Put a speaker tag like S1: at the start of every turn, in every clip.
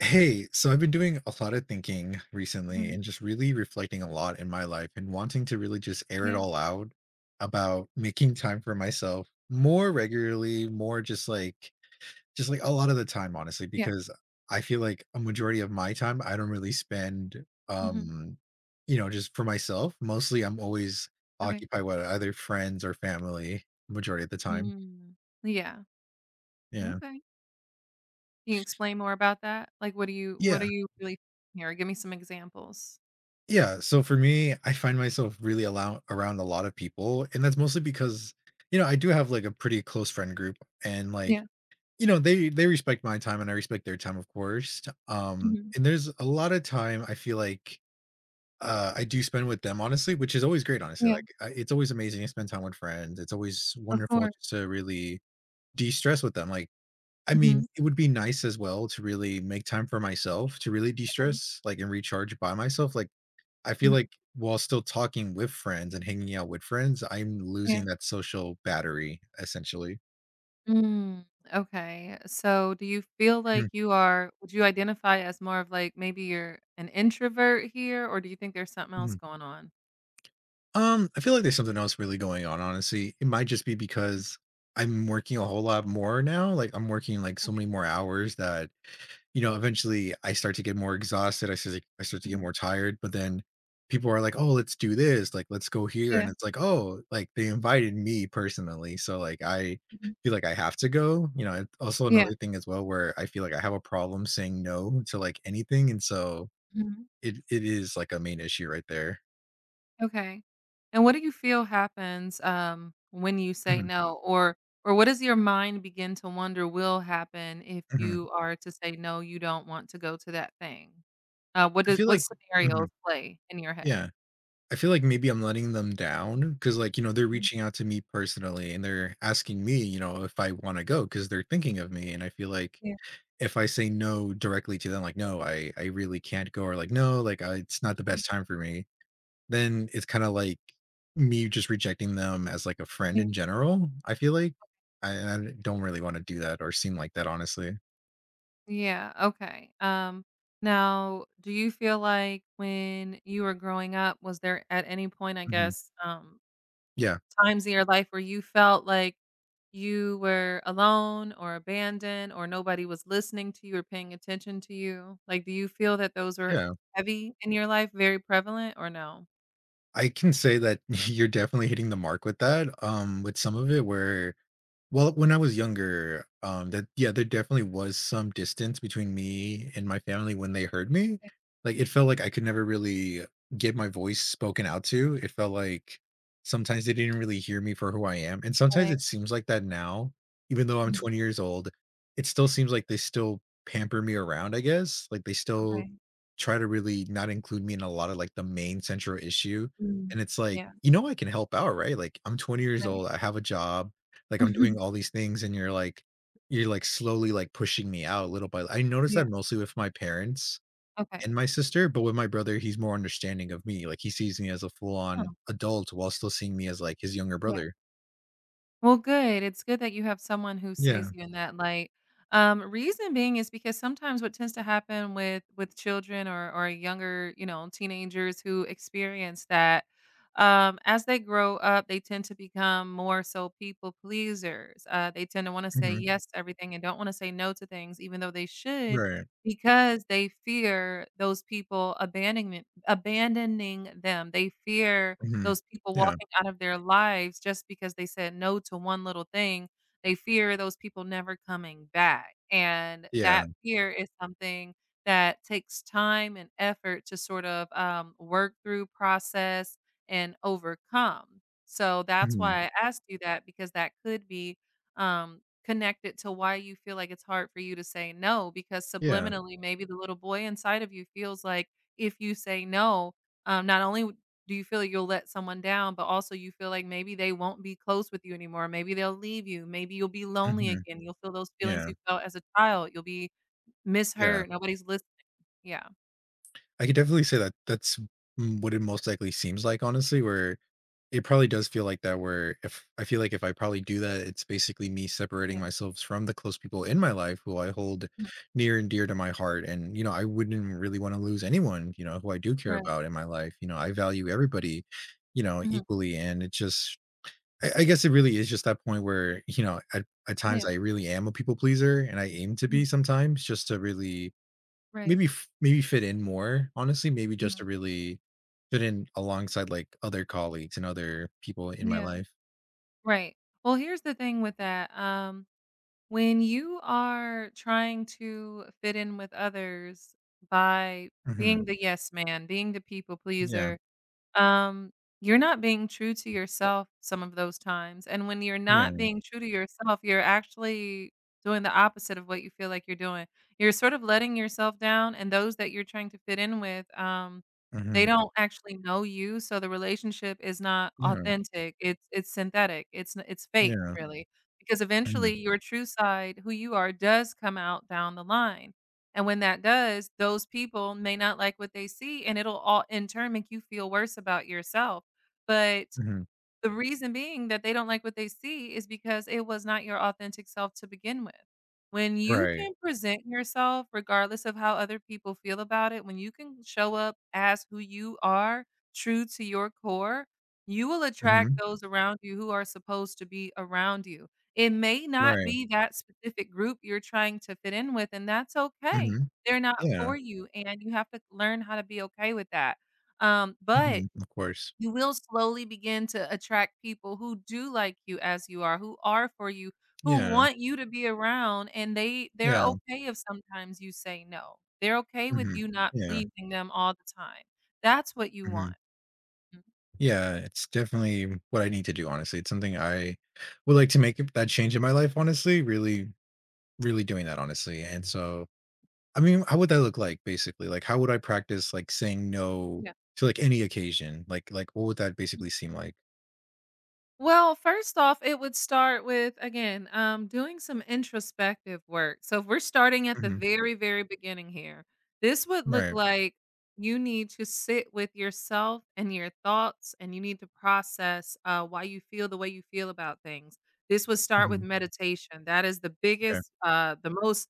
S1: Hey, so I've been doing a lot of thinking recently
S2: Mhm.
S1: and just really reflecting a lot in my life and wanting to really just air it
S2: Yeah,
S1: all out about making time for myself more regularly, more just like a lot of the time, honestly,
S2: yeah
S1: because I feel like a majority of my time I don't really spend
S2: Mhm.
S1: just for myself. Mostly I'm always
S2: Okay.
S1: occupied with either friends or family majority of the time.
S2: Mm. Yeah.
S1: Yeah.
S2: Okay. Can you explain more about that? Like, what do you what are
S1: Yeah.
S2: you really thinking here? Give me some examples.
S1: Yeah, so for me, I find myself really allow around a lot of people, and that's mostly because, you know, I do have, like, a pretty close friend group, and, like,
S2: Yeah.
S1: you know, they respect my time, and I respect their time, of course,
S2: Mhm.
S1: and there's a lot of time I feel like, I do spend with them, honestly, which is always great, honestly,
S2: Yeah,
S1: like, I it's always amazing to spend time with friends, it's always
S2: of
S1: wonderful
S2: course.
S1: just to really de-stress with them, like, I mean,
S2: Mhm.
S1: it would be nice as well to really make time for myself, to really
S2: Okay.
S1: de-stress, like, and recharge by myself, like, I feel
S2: Mhm.
S1: like while still talking with friends and hanging out with friends, I'm
S2: Yeah.
S1: losing that social battery essentially.
S2: Mm. Okay. So, do you feel
S1: Mhm,
S2: like you are would you identify as more of like maybe you're an introvert here, or do you think there's something else
S1: mhm.
S2: going on?
S1: I feel like there's something else really going on, honestly. It might just be because I'm working a whole lot more now. Like I'm working like so
S2: Okay.
S1: many more hours that, you know, eventually I start to get more exhausted. I start to get
S2: Mhm.
S1: more tired. But then people are like, "Oh, let's do this. Like, let's go here." And
S2: Yeah.
S1: it's like, "Oh, like they invited me personally, so like I
S2: Mhm.
S1: feel like I have to go." You know, it's also
S2: Yeah.
S1: another thing as well where I feel like I have a problem saying no to like anything, and so it is like a main issue right there.
S2: Okay. And what do you feel happens, when you say
S1: Mhm,
S2: no? Or what does your mind begin to wonder will happen if
S1: mhm.
S2: you are to say, "No, you don't want to go to that thing?" What
S1: I
S2: does
S1: feel
S2: what
S1: like Mhm,
S2: scenarios play in your head?
S1: yeah. I feel like maybe I'm letting them down because, like, you know, they're
S2: Mhm.
S1: reaching out to me personally and they're asking me, you know, if I want to go because they're thinking of me. And I feel like
S2: Yeah.
S1: if I say no directly to them, like, no, I really can't go, or like, no, like, it's not the
S2: Mhm.
S1: best time for me, then it's kind of like me just rejecting them as like a friend
S2: Yeah.
S1: in general. I feel like and I don't really want to do that or seem like that, honestly.
S2: Yeah, okay. Now do you feel like when you were growing up, was there at any point, I
S1: Hmm.
S2: guess,
S1: Yeah.
S2: times in your life where you felt like you were alone or abandoned or nobody was listening to you or paying attention to you? Like, do you feel that those were
S1: Yeah.
S2: heavy in your life, very prevalent or no?
S1: I can say that you're definitely hitting the mark with that. With some of it where, well, when I was younger, that yeah, there definitely was some distance between me and my family when they heard me. Like it felt like I could never really get my voice spoken out to. It felt like sometimes they didn't really hear me for who I am. And sometimes
S2: Right.
S1: it seems like that now, even though I'm
S2: Mhm,
S1: 20 years old, it still seems like they still pamper me around, I guess. Like they still
S2: okay.
S1: try to really not include me in a lot of like the main central issue.
S2: Mm.
S1: And it's like,
S2: Yeah,
S1: you know, I can help out, right? Like I'm 20 years
S2: right.
S1: old, I have a job, like, I'm doing all these things and you're like slowly, like, pushing me out little by I noticed that
S2: Yeah,
S1: mostly with my parents and
S2: okay.
S1: my sister, but with my brother, he's more understanding of me, like, he sees me as a
S2: Huh,
S1: full-on adult while still seeing me as, like, his younger
S2: yeah.
S1: brother.
S2: Well, good. It's good that you have someone who
S1: Yeah.
S2: sees you in that light. Reason being is because sometimes what tends to happen with children or younger, you know, teenagers who experience that as they grow up, they tend to become more so people pleasers. They tend to want to say
S1: Mhm.
S2: yes to everything and don't want to say no to things, even though they should,
S1: Right.
S2: because they fear those people abandoning them. They fear
S1: Mhm.
S2: those people
S1: Yeah.
S2: walking out of their lives just because they said no to one little thing. They fear those people never coming back, and
S1: Yeah.
S2: that fear is something that takes time and effort to sort of, work through, process, and overcome. So that's
S1: Mhm.
S2: why I asked you that because that could be, connected to why you feel like it's hard for you to say no because
S1: Yeah.
S2: subliminally, maybe the little boy inside of you feels like if you say no, not only do you feel like you'll let someone down, but also you feel like maybe they won't be close with you anymore. Maybe they'll leave you. Maybe you'll be lonely
S1: Mhm.
S2: again. You'll feel those feelings
S1: Yeah.
S2: you felt as a child. You'll be
S1: Yeah.
S2: misheard. Nobody's listening. Yeah.
S1: I could definitely say that that's, what it most likely seems like, honestly, where it probably does feel like that where if I probably do that, it's basically me separating
S2: Yeah.
S1: myself from the close people in my life who I hold
S2: Mhm.
S1: near and dear to my heart. And, you know, I wouldn't really want to lose anyone, you know, who I do care
S2: Right.
S1: about in my life. You know, I value everybody, you know,
S2: Mhm.
S1: equally. And it just, I guess it really is just that point where, you know, at times
S2: Yeah.
S1: I really am a people pleaser and I aim to
S2: Mhm.
S1: be sometimes just to really
S2: Right.
S1: maybe fit in more, honestly, maybe just
S2: Mhm.
S1: to really fit in alongside, like, other colleagues and other people in my
S2: Yeah.
S1: life.
S2: Right. Well, here's the thing with that. When you are trying to fit in with others by
S1: Mhm.
S2: being the yes man, being the people
S1: Yeah.
S2: pleaser, um, you're not being true to yourself some of those times, and when you're not
S1: Yeah.
S2: being true to yourself, you're actually doing the opposite of what you feel like you're doing. You're sort of letting yourself down, and those that you're trying to fit in with, they
S1: Mhm.
S2: don't actually know you, so the relationship is not
S1: Yeah.
S2: authentic. It's synthetic. It's n it's fake,
S1: Yeah.
S2: really, because
S1: Mhm.
S2: eventually your true side, who you are, does come out down the line. And when that does, those people may not like what they see, and it'll all in turn make you feel worse about yourself. But
S1: Mhm.
S2: the reason being that they don't like what they see is because it was not your authentic self to begin with. When you
S1: Right.
S2: can present yourself regardless of how other people feel about it, when you can show up as who you are, true to your core, you will
S1: Mhm.
S2: attract those around you who are supposed to be around you. It may not
S1: Right.
S2: be that specific group you're trying to fit in with, and that's okay.
S1: Mhm.
S2: They're not
S1: Yeah.
S2: for you, and you have to learn how to be okay with that. But
S1: Mhm. Of course.
S2: you will slowly begin to attract people who do like you as you are, who are for you, who
S1: Yeah.
S2: want you to be around, and they're
S1: Yeah.
S2: okay if sometimes you say no. They're okay with
S1: Mhm.
S2: you not
S1: Yeah.
S2: pleasing them all the time. That's what you
S1: Mhm.
S2: want. Mhm.
S1: Yeah, it's definitely what I need to do, honestly. It's something I would like to make that change in my life, honestly, really really doing that, honestly, and so I mean, how would that look like basically? Like, how would I practice like saying no
S2: Yeah.
S1: to like any occasion? Like what would that basically seem like?
S2: Well, first off, it would start with, again, doing some introspective work. So if we're starting at the
S1: Hmm.
S2: very beginning here, this would look
S1: Right.
S2: like you need to sit with yourself and your thoughts, and you need to process why you feel the way you feel about things. This would start with
S1: Hmm.
S2: meditation. That is the
S1: Okay.
S2: biggest, the most,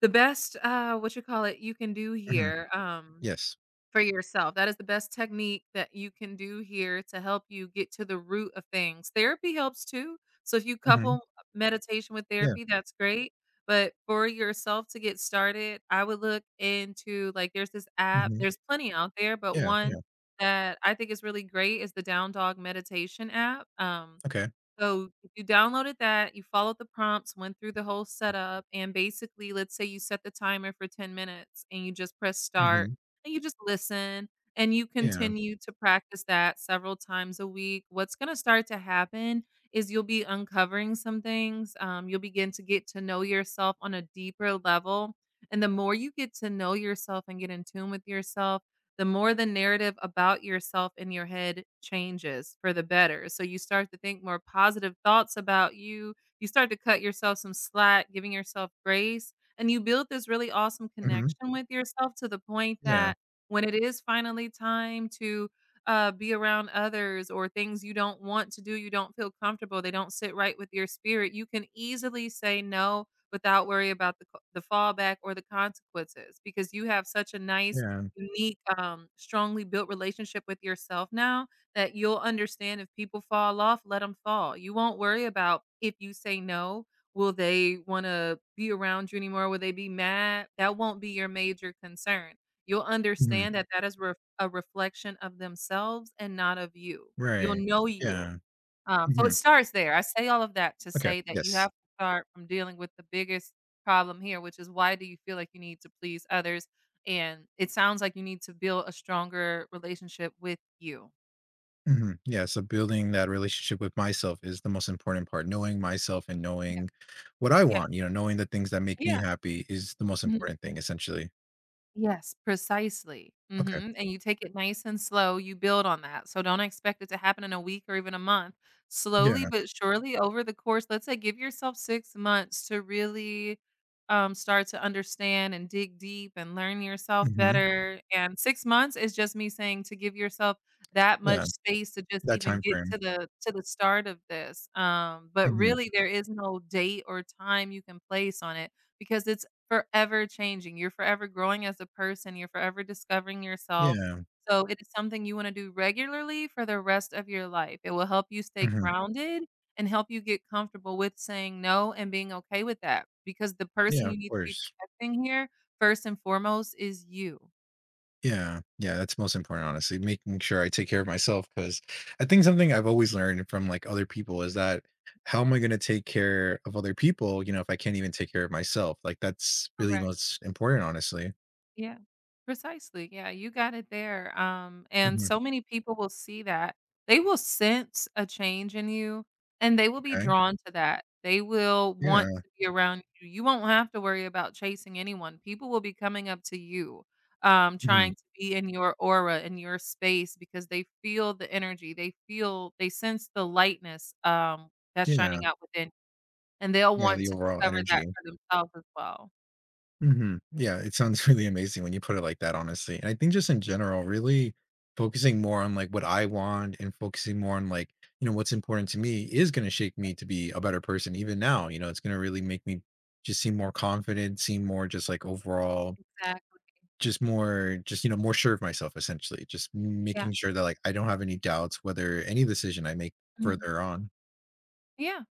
S2: the best, what you call it, you can do
S1: Hmm.
S2: here.
S1: Yes.
S2: For yourself, that is the best technique that you can do here to help you get to the root of things. Therapy helps too, so if you
S1: Hmm.
S2: couple meditation with
S1: Yeah.
S2: therapy, that's great, but for yourself to get started, I would look into like, there's this app
S1: Hmm.
S2: there's plenty out there, but
S1: Yeah.
S2: one
S1: Yeah.
S2: that I think is really great is the Down Dog meditation app,
S1: Okay.
S2: so, if you downloaded that, you followed the prompts, went through the whole setup, and basically, let's say you set the timer for 10 minutes and you just press start
S1: Hmm.
S2: and you just listen and you
S1: Yeah.
S2: continue to practice that several times a week. What's going to start to happen is you'll be uncovering some things. You'll begin to get to know yourself on a deeper level. And the more you get to know yourself and get in tune with yourself, the more the narrative about yourself in your head changes for the better. So you start to think more positive thoughts about you. You start to cut yourself some slack, giving yourself grace, and you build this really awesome
S1: Hmm.
S2: connection with yourself to the point
S1: Yeah.
S2: that when it is finally time to be around others or things you don't want to do, you don't feel comfortable, they don't sit right with your spirit, you can easily say no without worry about the fallback or the consequences because you have such a nice
S1: Yeah.
S2: unique, strongly built relationship with yourself now that you'll understand if people fall off, let them fall. You won't worry about if you say no, will they wanna be around you anymore? Will they be mad? That won't be your major concern. You'll
S1: Hmm.
S2: understand that that is ref a reflection of themselves and not of you. You'll
S1: Right.
S2: know you.
S1: Yeah.
S2: So
S1: Hmm.
S2: it starts there. I say all of that to
S1: Okay.
S2: say that you
S1: Yes.
S2: have to start from dealing with the biggest problem here, which is why do you feel like you need to please others? And it sounds like you need to build a stronger relationship with you.
S1: Hmm. Yeah. So building that relationship with myself is the most important part. Knowing myself and
S2: Yeah,
S1: knowing what I
S2: yeah,
S1: want, you know, knowing the things that make me
S2: yeah.
S1: happy is the most important thing, essentially.
S2: Yes, precisely.
S1: Okay.
S2: Mhm, and you take it nice and slow, you build on that, so don't expect it to happen in a week or even a month. Slowly
S1: Yeah.
S2: but surely over the course let's say give yourself 6 months to really, start to understand and dig deep and learn yourself
S1: Mhm.
S2: better, and 6 months is just me saying to give yourself that
S1: Yeah,
S2: much space to just
S1: that
S2: even
S1: time
S2: get
S1: frame.
S2: to the start of this, but
S1: Mhm.
S2: really there is no date or time you can place on it because it's forever changing, you're forever growing as a person, you're forever discovering yourself,
S1: Yeah.
S2: so it is something you wanna do regularly for the rest of your life. It will help you stay
S1: Mhm.
S2: grounded and help you get comfortable with saying no and being okay with that, because the
S1: Yeah,
S2: person
S1: of
S2: you need to be
S1: course.
S2: protecting here, first and foremost, is you.
S1: Yeah. Yeah, that's most important, honestly, making sure I take care of myself because I think something I've always learned from, like, other people is that how am I gonna take care of other people, you know, if I can't even take care of myself? Like, that's really
S2: Correct.
S1: most important, honestly.
S2: Yeah. Precisely. Yeah, you got it there. And
S1: Mhm.
S2: so many people will see that. They will sense a change in you and they will be
S1: Okay.
S2: drawn to that. They will
S1: Yeah.
S2: want to be around you. You won't have to worry about chasing anyone. People will be coming up to you,
S1: Mhm.
S2: trying to be in your aura, in your space, because they feel the energy. They feel, they sense the lightness that's
S1: Yeah.
S2: shining out within, and they'll
S1: Yeah,
S2: want
S1: the
S2: to
S1: overall
S2: discover that
S1: energy.
S2: for themselves as well.
S1: Mhm. Yeah, it sounds really amazing when you put it like that, honestly. And I think just in general, really focusing more on like what I want and focusing more on like, you know, what's important to me is going to shape me to be a better person even now. You know, it's going to really make me just seem more confident, seem more just like overall,
S2: Exactly.
S1: just more, just, you know, more sure of myself essentially. Just
S2: Yeah.
S1: making sure that like I don't have any doubts whether any decision I make
S2: Mhm.
S1: further on.
S2: Yeah,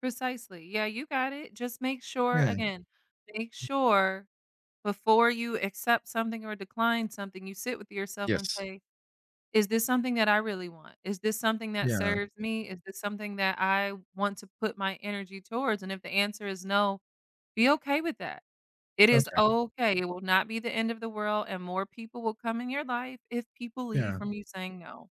S2: precisely. Yeah, you got it. Just make sure,
S1: Yeah.
S2: again, make sure before you accept something or decline something, you sit with yourself and
S1: Yes.
S2: say, is this something that I really want? Is this something that
S1: Yeah.
S2: serves me? Is this something that I want to put my energy towards? And if the answer is no, be okay with that. It is
S1: Okay.
S2: okay. It will not be the end of the world, and more people will come in your life if people leave
S1: Yeah.
S2: from you saying no.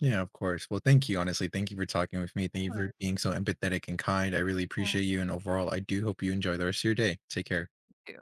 S1: Yeah, of course. Well, thank you. Honestly, thank you for talking with me. Thank you for
S2: Sure,
S1: being so empathetic and kind. I really
S2: yeah,
S1: appreciate you. And overall, I do hope you enjoy the rest of your day. Take care.
S2: too.